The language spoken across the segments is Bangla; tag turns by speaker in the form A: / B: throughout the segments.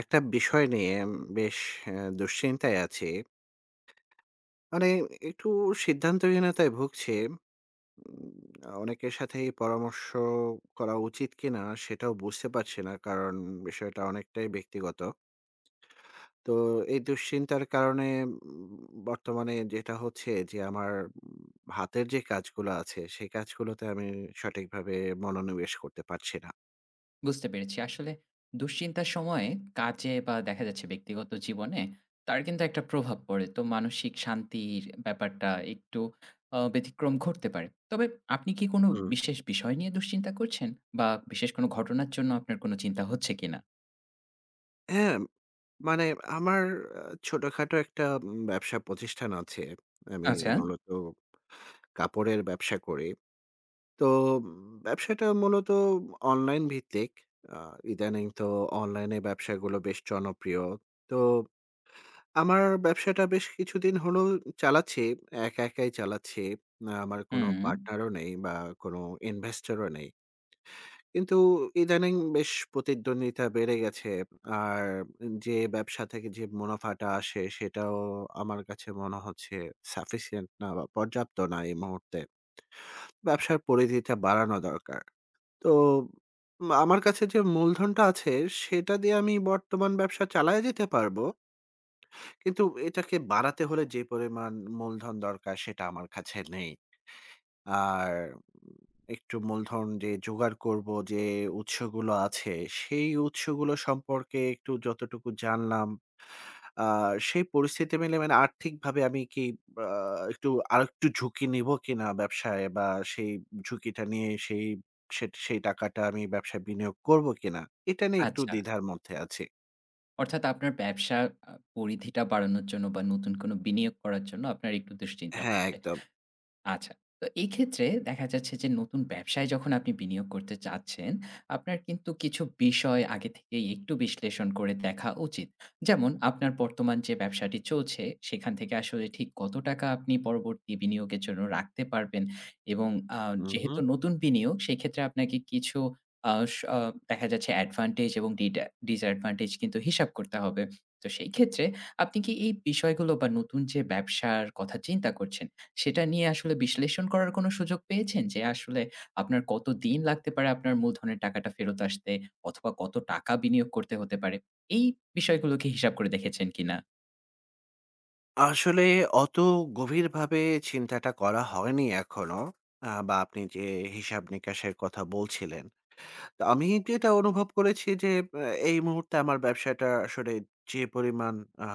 A: একটা বিষয় নিয়ে বেশ আ দুশ্চিন্তায় আছি। মানে একটু সিদ্ধান্তহীনতায় ভুগছি। উম অনেকের সাথেই পরামর্শ করা উচিত কিনা সেটাও বুঝতে পারছি না। কারণ বিষয়টা অনেকটাই ব্যক্তিগত। তো এই দুশ্চিন্তার কারণে বর্তমানে যেটা হচ্ছে যে আমার উম হাতের যে কাজগুলো আছে সেই কাজগুলোতে আমি সঠিকভাবে মনোনিবেশ করতে পারছি না।
B: বুঝতে পেরেছি। আসলে দুশ্চিন্তার সময়ে কাজে বা দেখা যাচ্ছে ব্যক্তিগত জীবনে তার কিন্তু একটা প্রভাব পড়ে। তো মানসিক শান্তির ব্যাপারটা একটু ব্যতিক্রম ঘটতে পারে। তবে আপনি কি কোনো বিশেষ বিষয় নিয়ে দুশ্চিন্তা করছেন? বা বিশেষ কোনো ঘটনার জন্য আপনার কোনো চিন্তা হচ্ছে কিনা?
A: হ্যাঁ, মানে আমার আ ছোটখাটো একটা ব্যবসা প্রতিষ্ঠান আছে। আমি
B: আচ্ছা।
A: মূলত কাপড়ের ব্যবসা করি। তো উম ব্যবসাটা মূলত অনলাইন ভিত্তিক। আ ইদানিং তো অনলাইনে ব্যবসাগুলো বেশ জনপ্রিয়। তো আমার ব্যবসাটা বেশ কিছুদিন হলো চালাচ্ছি। একা একাই চালাচ্ছি। আমার কোনো
B: হুম,
A: পার্টনারও নেই বা কোনো ইনভেস্টরও নেই। কিন্তু ইদানিং বেশ প্রতিদ্বন্দ্বিতা বেড়ে গেছে। আর যে ব্যবসা থেকে যে মুনাফাটা আসে সেটাও আমার কাছে মনে হচ্ছে সাফিসিয়েন্ট না বা পর্যাপ্ত না এই মুহূর্তে। ব্যবসার পরিধিটা বাড়ানো দরকার। তো আমার কাছে যে মূলধনটা আছে সেটা দিয়ে আমি বর্তমান ব্যবসা চালায়ে যেতে পারবো। কিন্তু এটাকে বাড়াতে হলে যে পরিমাণ মূলধন দরকার সেটা আমার কাছে নেই। আর একটু মূলধন যে জোগাড় করব যে উৎসগুলো আছে, সেই উৎসগুলো সম্পর্কে একটু যতটুকু জানলাম, আ সেই পরিস্থিতি মিলে মানে আর্থিকভাবে আমি কি আ একটু আরেকটু ঝুঁকি নিবো কিনা ব্যবসায় বা সেই ঝুঁকিটা নিয়ে সেই টাকাটা আমি ব্যবসায় বিনিয়োগ করব কিনা? এটা নিয়ে একটু
B: আচ্ছা।
A: দ্বিধার মধ্যে আছি।
B: অর্থাৎ আপনার ব্যবসার পরিধিটা বাড়ানোর জন্য বা নতুন কোনো বিনিয়োগ করার জন্য আপনার একটু দুশ্চিন্তা
A: হ্যাঁ,
B: হচ্ছে।
A: একদম।
B: আচ্ছা। তো এই ক্ষেত্রে দেখা যাচ্ছে যে নতুন ব্যবসায় যখন আপনি বিনিয়োগ করতে চাচ্ছেন, আপনার কিন্তু কিছু বিষয় আগে থেকেই একটু বিশ্লেষণ করে দেখা উচিত। যেমন আপনার বর্তমান যে ব্যবসাটি চলছে, সেখান থেকে আসলে ঠিক কত টাকা আপনি পরবর্তী বিনিয়োগের জন্য রাখতে পারবেন এবং আ
A: উহু।
B: যেহেতু নতুন বিনিয়োগ, সেক্ষেত্রে আপনাকে কিছু আ স আ দেখা যাচ্ছে অ্যাডভান্টেজ এবং ডিসঅ্যাডভান্টেজ কিন্তু হিসাব করতে হবে। তো সেই ক্ষেত্রে আপনি কি এই বিষয়গুলো বা নতুন যে ব্যবসার কথা চিন্তা করছেন, সেটা নিয়ে আসলে বিশ্লেষণ করার কোনো সুযোগ পেয়েছেন? যে আসলে আপনার কতদিন লাগতে পারে আপনার মূলধনের টাকাটা ফেরত আসতে অথবা কত টাকা বিনিয়োগ করতে হতে পারে? এই বিষয়গুলো কি হিসাব করে দেখেছেন কিনা?
A: আসলে অত গভীরভাবে চিন্তাটা করা হয়নি এখনো। বা আপনি যে হিসাব-নিকাশের কথা বলছিলেন। তো আমি যেটা অনুভব করেছি যে এই মুহূর্তে আমার ব্যবসাটা আসলে যে পরিমাণ আ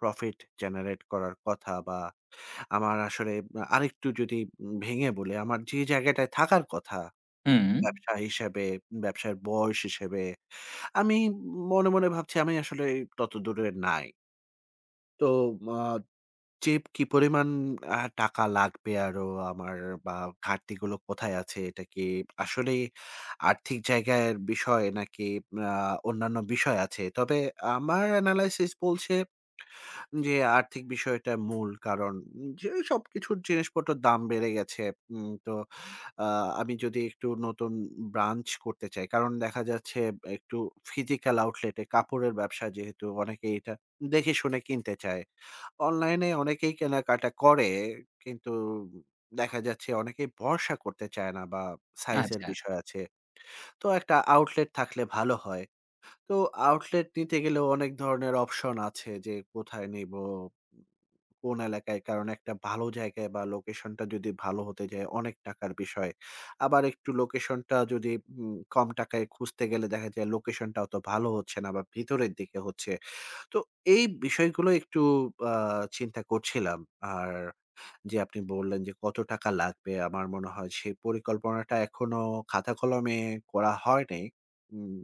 A: প্রফিট জেনারেট করার কথা বা আমার আসলে আরেকটু যদি ভেঙে বলি, আমার যে জায়গাটায় থাকার কথা
B: হুম,
A: ব্যবসা হিসেবে, ব্যবসার বয়স হিসেবে, আমি মনে ভাবছি আমি আসলে ততদূরে নাই। তো আ যে কি পরিমাণ টাকা লাগবে আরো আমার বা ঘাটতিগুলো কোথায় আছে? এটা কি আসলেই আর্থিক জায়গার বিষয় নাকি আ অন্যান্য বিষয় আছে? তবে আমার এনালাইসিস বলছে যে আর্থিক বিষয়টা মূল কারণ। যে সবকিছুর জিনিসপত্রের দাম বেড়ে গেছে। তো আ আমি যদি একটু নতুন ব্রাঞ্চ করতে চাই। কারণ দেখা যাচ্ছে একটু ফিজিক্যাল আউটলেট এ কাপড়ের ব্যবসা যেহেতু অনেকেই এটা দেখে শুনে কিনতে চায়। অনলাইনে অনেকেই কেনাকাটা করে। কিন্তু দেখা যাচ্ছে অনেকেই ভরসা করতে চায় না বা সাইজের
B: আচ্ছা,
A: বিষয় আছে। তো একটা আউটলেট থাকলে ভালো হয়। তো আউটলেট নিতে গেলেও অনেক ধরনের অপশন আছে যে কোথায় নিবো, কোন এলাকায়। কারণ একটা ভালো জায়গায় বা লোকেশনটা যদি ভালো হতে যায় অনেক টাকার বিষয়। আবার একটু লোকেশনটা যদি কম টাকায় খুঁজতে গেলে দেখা যায় লোকেশনটা অত ভালো হচ্ছে না বা ভিতরের দিকে হচ্ছে। তো এই বিষয়গুলো একটু আ চিন্তা করছিলাম। আর যে আপনি বললেন যে কত টাকা লাগবে, আমার মনে হয় সেই পরিকল্পনাটা এখনো খাতা কলমে করা হয় নাই। উম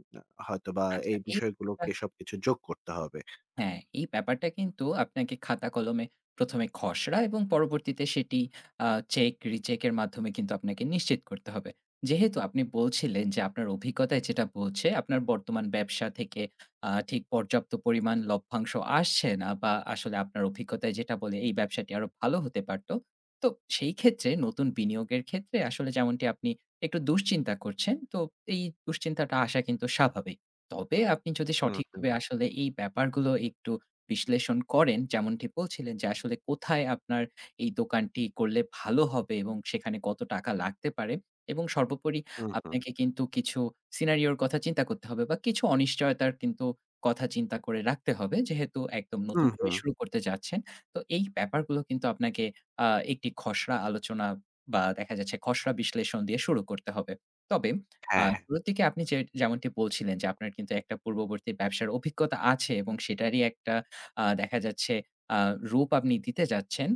A: হয়তোবা
B: আচ্ছা।
A: এই
B: এই
A: বিষয়গুলোকে সবকিছু যোগ করতে হবে।
B: হ্যাঁ, এই ব্যাপারটা কিন্তু আপনাকে খাতা কলমে ১ম এ খসড়া এবং পরবর্তীতে সেটি আ চেক, রিচেক এর মাধ্যমে কিন্তু আপনাকে নিশ্চিত করতে হবে। যেহেতু আপনি বলছিলেন যে আপনার অভিজ্ঞতায় যেটা বলছে আপনার বর্তমান ব্যবসা থেকে ঠিক পর্যাপ্ত পরিমাণ লভ্যাংশ আসছে না বা আসলে আপনার অভিজ্ঞতায় যেটা বলে এই ব্যবসাটি আরো ভালো হতে পারত। তো সেই ক্ষেত্রে নতুন বিনিয়োগের ক্ষেত্রে আসলে যেমনটি আপনি একটু দুশ্চিন্তা করছেন, তো এই দুশ্চিন্তাটা আসা কিন্তু স্বাভাবিক। তবে আপনি যদি
A: হুম, হুম,
B: সঠিকভাবে আসলে এই ব্যাপারগুলো একটু বিশ্লেষণ করেন, যেমনটি বলছিলেন যে আসলে কোথায় আপনার এই দোকানটি করলে ভালো হবে এবং সেখানে কত টাকা লাগতে পারে এবং সর্বোপরি
A: হুম, হুম,
B: আপনাকে কিন্তু কিছু সিনারিও র কথা চিন্তা করতে হবে বা কিছু অনিশ্চয়তার কিন্তু কথা চিন্তা করে রাখতে হবে। যেহেতু একদম নতুন
A: হুম,
B: করে
A: হুম।
B: শুরু করতে যাচ্ছেন। তো এই ব্যাপারগুলো কিন্তু আপনাকে আ একটি খসড়া আলোচনা বা দেখা যাচ্ছে খসড়া বিশ্লেষণ দিয়ে শুরু করতে হবে। তবে
A: হ্যাঁ, হ্যাঁ,
B: শুরুর দিকে আপনি যে যেমনটি বলছিলেন যে, আপনার কিন্তু একটা পূর্ববর্তী ব্যবসার অভিজ্ঞতা আছে এবং সেটারই একটা দেখা যাচ্ছে আ রূপ আপনি দিতে যাচ্ছেন।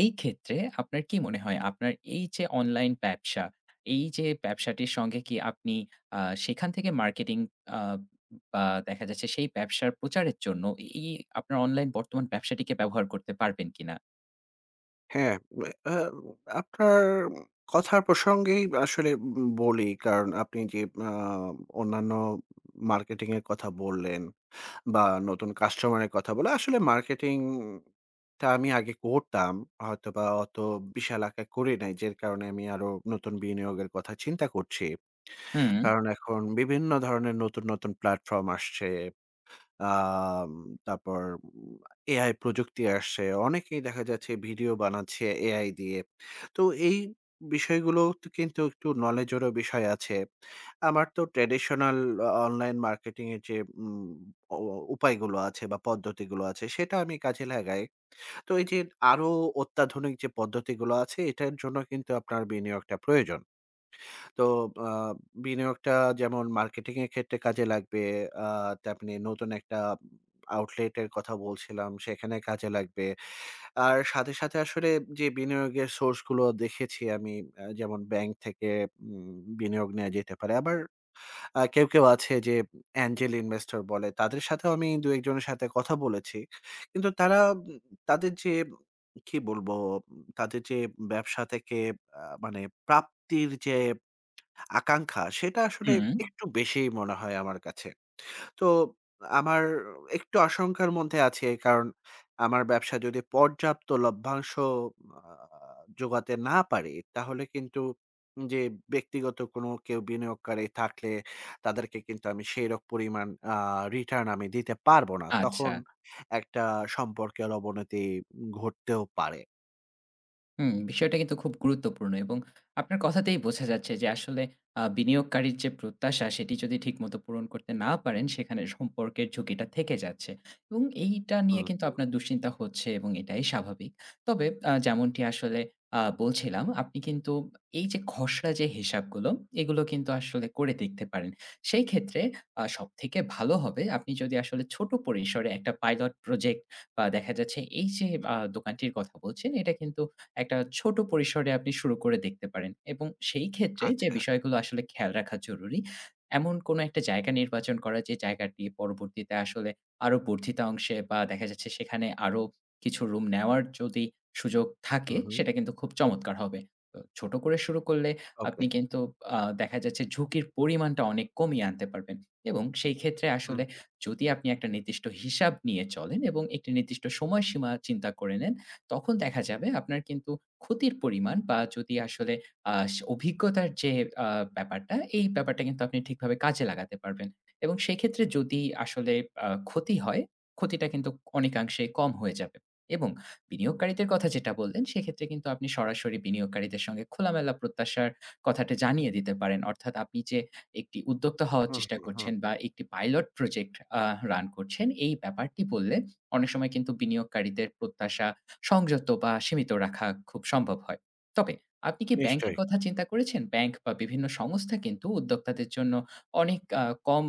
B: এই ক্ষেত্রে আপনার কি মনে হয় আপনার এই যে অনলাইন ব্যবসা, এই যে ব্যবসাটির সঙ্গে কি আপনি আ সেখান থেকে মার্কেটিং আ বা দেখা যাচ্ছে সেই ব্যবসার প্রচারের জন্য এই আপনার অনলাইন বর্তমান ব্যবসাটিকে ব্যবহার করতে পারবেন কিনা?
A: হ্যাঁ। আ আপনার কথার প্রসঙ্গেই আসলে বলি কারণ আপনি যে আ অন্যান্য মার্কেটিং এর কথা বললেন বা নতুন কাস্টমারের কথা বলা। আসলে মার্কেটিংটা আমি আগে করতাম। হয়তোবা অত বিশাল আকারে করি নাই। যার কারণে আমি আরো নতুন বিনিয়োগের কথা চিন্তা করছি।
B: হুম,
A: কারণ এখন বিভিন্ন ধরনের নতুন, নতুন প্ল্যাটফর্ম আসছে। আম তারপর উম এআই প্রযুক্তি আসছে। অনেকেই দেখা যাচ্ছে ভিডিও বানাচ্ছে এআই দিয়ে। তো এই বিষয়গুলো তো কিন্তু একটু নলেজেরও বিষয় আছে। আমার তো ট্র্যাডিশনাল অনলাইন মার্কেটিং এর যে উম অ উপায়গুলো আছে বা পদ্ধতিগুলো আছে সেটা আমি কাজে লাগাই। তো এই যে আরো অত্যাধুনিক যে পদ্ধতিগুলো আছে এটার জন্য কিন্তু আপনার বিনিয়োগটা প্রয়োজন। তো আ বিনিয়োগটা যেমন মার্কেটিং এর ক্ষেত্রে কাজে লাগবে। আ তেমনি নতুন একটা আউটলেট এর কথা বলছিলাম, সেখানে কাজে লাগবে। আর সাথে, সাথে আসলে যে বিনিয়োগের সোর্স গুলো দেখেছি আমি যেমন ব্যাংক থেকে উম বিনিয়োগ নেয়া যেতে পারে। আবার কেউ, কেউ আছে যে অ্যাঞ্জেল ইনভেস্টর বলে, তাদের সাথেও আমি ২-১ জনের সাথে কথা বলেছি। কিন্তু তারা তাদের যে কি বলবো? তাদের যে ব্যবসা থেকে মানে প্রাপ্তির যে আকাঙ্খা সেটা আসলে
B: হুম,
A: একটু বেশিই মনে হয় আমার কাছে। তো আমার একটু আশঙ্কার মধ্যে আছে কারণ আমার ব্যবসা যদি পর্যাপ্ত লভ্যাংশ আ জোগাতে না পারি তাহলে কিন্তু যে ব্যক্তিগত কোনো কেউ বিনিয়োগকারী থাকলে তাদেরকে কিন্তু আমি সেইরক পরিমাণ রিটার্ন আমি দিতে পারবো না।
B: আচ্ছা।
A: তখন একটা সম্পর্কের অবনতি ঘটতেও পারে।
B: হুম, বিষয়টা কিন্তু খুব গুরুত্বপূর্ণ এবং আপনার কথাতেই বোঝা যাচ্ছে যে আসলে বিনিয়োগকারীর যে প্রত্যাশা সেটি যদি ঠিকমতো পূরণ করতে না পারেন সেখানে সম্পর্কের ঝুঁকিটা থেকে যাচ্ছে এবং এইটা নিয়ে
A: হুম,
B: কিন্তু
A: হুম।
B: আপনার দুশ্চিন্তা হচ্ছে এবং এটাই স্বাভাবিক। তবে যেমনটি আসলে বলছিলাম আপনি কিন্তু এই যে খসড়া যে হিসাবগুলো এগুলো কিন্তু আসলে করে দেখতে পারেন। সেই ক্ষেত্রে সবথেকে ভালো হবে আপনি যদি আসলে ছোট পরিসরে একটা পাইলট প্রজেক্ট বা দেখা যাচ্ছে এই যে দোকানটির কথা বলছেন এটা কিন্তু একটা ছোট পরিসরে আপনি শুরু করে দেখতে পারেন এবং সেই ক্ষেত্রে যে
A: আচ্ছা।
B: বিষয়গুলো আসলে খেয়াল রাখা জরুরি, এমন কোনো একটা জায়গা নির্বাচন করা যে জায়গাটি পরবর্তীতে আসলে আরো বর্ধিত অংশে বা দেখা যাচ্ছে সেখানে আরো কিছু রুম নেওয়ার যদি সুযোগ থাকে
A: হুম, হুম।
B: সেটা কিন্তু খুব চমৎকার হবে। তো ছোট করে শুরু করলে আপনি
A: ওকে।
B: কিন্তু দেখা যাচ্ছে ঝুঁকির পরিমাণটা অনেক কমিয়ে আনতে পারবেন এবং সেই ক্ষেত্রে আসলে
A: হুম,
B: যদি আপনি একটা নির্দিষ্ট হিসাব নিয়ে চলেন এবং একটি নির্দিষ্ট সময়সীমা চিন্তা করে নেন তখন দেখা যাবে আপনার কিন্তু ক্ষতির পরিমাণ বা যদি আসলে আ স অভিজ্ঞতার যে আ ব্যাপারটা, এই ব্যাপারটা কিন্তু আপনি ঠিকভাবে কাজে লাগাতে পারবেন। এবং সেক্ষেত্রে যদি আসলে ক্ষতি হয়, ক্ষতিটা কিন্তু অনেকাংশে কম হয়ে যাবে। এবং বিনিয়োগকারীদের কথা যেটা বললেন, সেক্ষেত্রে কিন্তু আপনি সরাসরি বিনিয়োগকারীদের সঙ্গে খোলামেলা প্রত্যাশার কথাটা জানিয়ে দিতে পারেন। অর্থাৎ আপনি যে একটি উদ্যোক্তা হওয়ার
A: হুম,
B: চেষ্টা
A: হুম, হুম।
B: করছেন বা একটি পাইলট প্রজেক্ট আ রান করছেন, এই ব্যাপারটি বললে অনেক সময় কিন্তু বিনিয়োগকারীদের প্রত্যাশা সংযত বা সীমিত রাখা খুব সম্ভব হয়। তবে আপনি কি ব্যাংকের
A: নিশ্চয়ই।
B: কথা চিন্তা করেছেন? ব্যাংক বা বিভিন্ন সংস্থা কিন্তু উদ্যোক্তাদের জন্য অনেক কম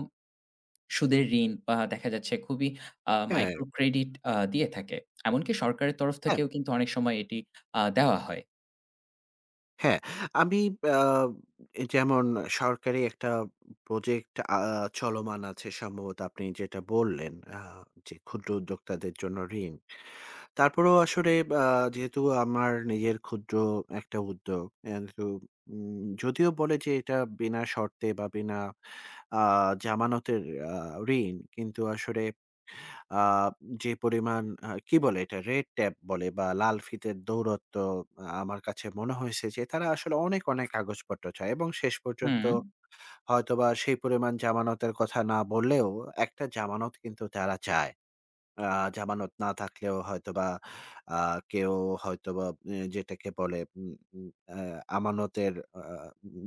B: সুদের ঋণ বা দেখা যাচ্ছে খুবই
A: হ্যাঁ।
B: মাইক্রো ক্রেডিট দিয়ে থাকে। এমনকি সরকারের তরফ
A: হ্যাঁ,
B: থেকেও কিন্তু অনেক সময় এটি দেওয়া হয়।
A: হ্যাঁ। আমি আ যেমন সরকারি একটা প্রজেক্ট চলমান আছে সম্ভবত আপনি যেটা বললেন আ যে ক্ষুদ্র উদ্যোক্তাদের জন্য ঋণ। তারপরেও আসলে আ যেহেতু আমার নিজের ক্ষুদ্র একটা উদ্যোগ কিন্তু যদিও বলে যে এটা বিনা শর্তে বা বিনা আ জামানতের আ ঋণ কিন্তু আসলে আ যে পরিমাণ কি বলে এটা? রেড ট্যাপ বলে বা লাল ফিতের দৌরত্ব আমার কাছে মনে হয়েছে যে তারা আসলে অনেক, অনেক কাগজপত্র চায় এবং শেষ পর্যন্ত
B: হুম,
A: হয়তোবা সেই পরিমাণ জামানতের কথা না বললেও একটা জামানত কিন্তু তারা চায়। আ জামানত না থাকলেও হয়তোবা আ কেউ হয়তোবা যেটাকে বলে উম উম আ আমানতের আ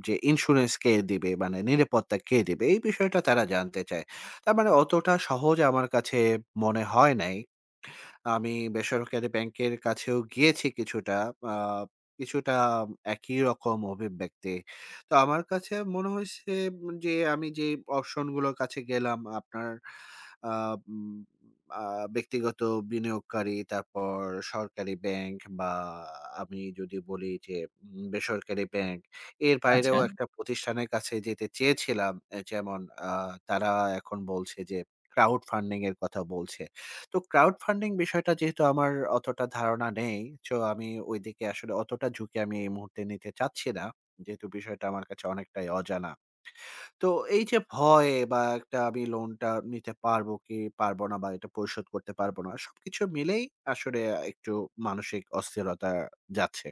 A: যে ইন্সুরেন্স কে দিবে? মানে নিরাপত্তা কে দিবে? এই বিষয়টা তারা জানতে চায়। তার মানে অতটা সহজ আমার কাছে মনে হয় নাই। আমি বেসরকারি ব্যাংকের কাছেও গিয়েছি কিছুটা। আ কিছুটা একই রকম অভিব্যক্তি। তো আমার কাছে মনে হয়েছে যে আমি যে অপশনগুলোর কাছে গেলাম আপনার আ উম আ ব্যক্তিগত বিনিয়োগকারী, তারপর সরকারি ব্যাংক বা আমি যদি বলি যে বেসরকারি ব্যাংক, এর
B: আচ্ছা।
A: বাইরেও একটা প্রতিষ্ঠানের কাছে যেতে চেয়েছিলাম। যেমন আ তারা এখন বলছে যে ক্রাউড ফান্ডিং এর কথা বলছে। তো ক্রাউড ফান্ডিং বিষয়টা যেহেতু আমার অতটা ধারণা নেই, সো আমি ওইদিকে আসলে অতটা ঝুঁকি আমি এই মুহূর্তে নিতে চাচ্ছি না। যেহেতু বিষয়টা আমার কাছে অনেকটাই অজানা। তো এই যে ভয় বা একটা আমি লোনটা নিতে পারবো কি পারবো না বা এটা পরিশোধ করতে পারবো না। সবকিছু মিলেই আসলে একটু মানসিক অস্থিরতা যাচ্ছে।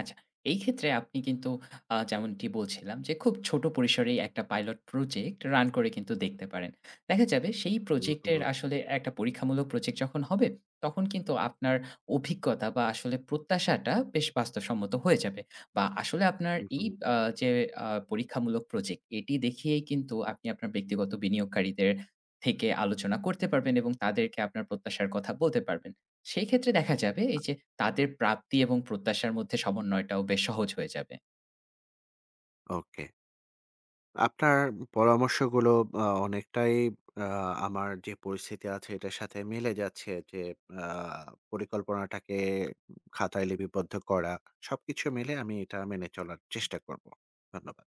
B: আচ্ছা, এই ক্ষেত্রে আপনি কিন্তু যেমনটি বলছিলাম যে খুব ছোট পরিসরেই একটা পাইলট প্রজেক্ট রান করে কিন্তু দেখতে পারেন। দেখা যাবে সেই
A: হুম, হুম,
B: প্রজেক্টের আসলে একটা পরীক্ষামূলক প্রজেক্ট যখন হবে, তখন কিন্তু আপনার অভিজ্ঞতা বা আসলে প্রত্যাশাটা বেশ বাস্তবসম্মত হয়ে যাবে। বা আসলে আপনার
A: হুম,
B: এই
A: হুম।
B: আ যে আ পরীক্ষামূলক প্রজেক্ট এটি দেখিয়েই কিন্তু আপনি আপনার ব্যক্তিগত বিনিয়োগকারীদের থেকে আলোচনা করতে পারবেন এবং তাদেরকে আপনার প্রত্যাশার কথা বলতে পারবেন। সেই ক্ষেত্রে দেখা যাবে এই যে তাদের প্রাপ্তি এবং প্রত্যাশার মধ্যে সমন্বয়টাও বেশ সহজ হয়ে যাবে।
A: ওকে। আপনার পরামর্শগুলো অনেকটাই আ আমার যে পরিস্থিতি আছে এটার সাথে মিলে যাচ্ছে যে আ পরিকল্পনাটাকে খাতায় লিপিবদ্ধ করা। সবকিছু মিলে আমি এটা মেনে চলার চেষ্টা করব। ধন্যবাদ।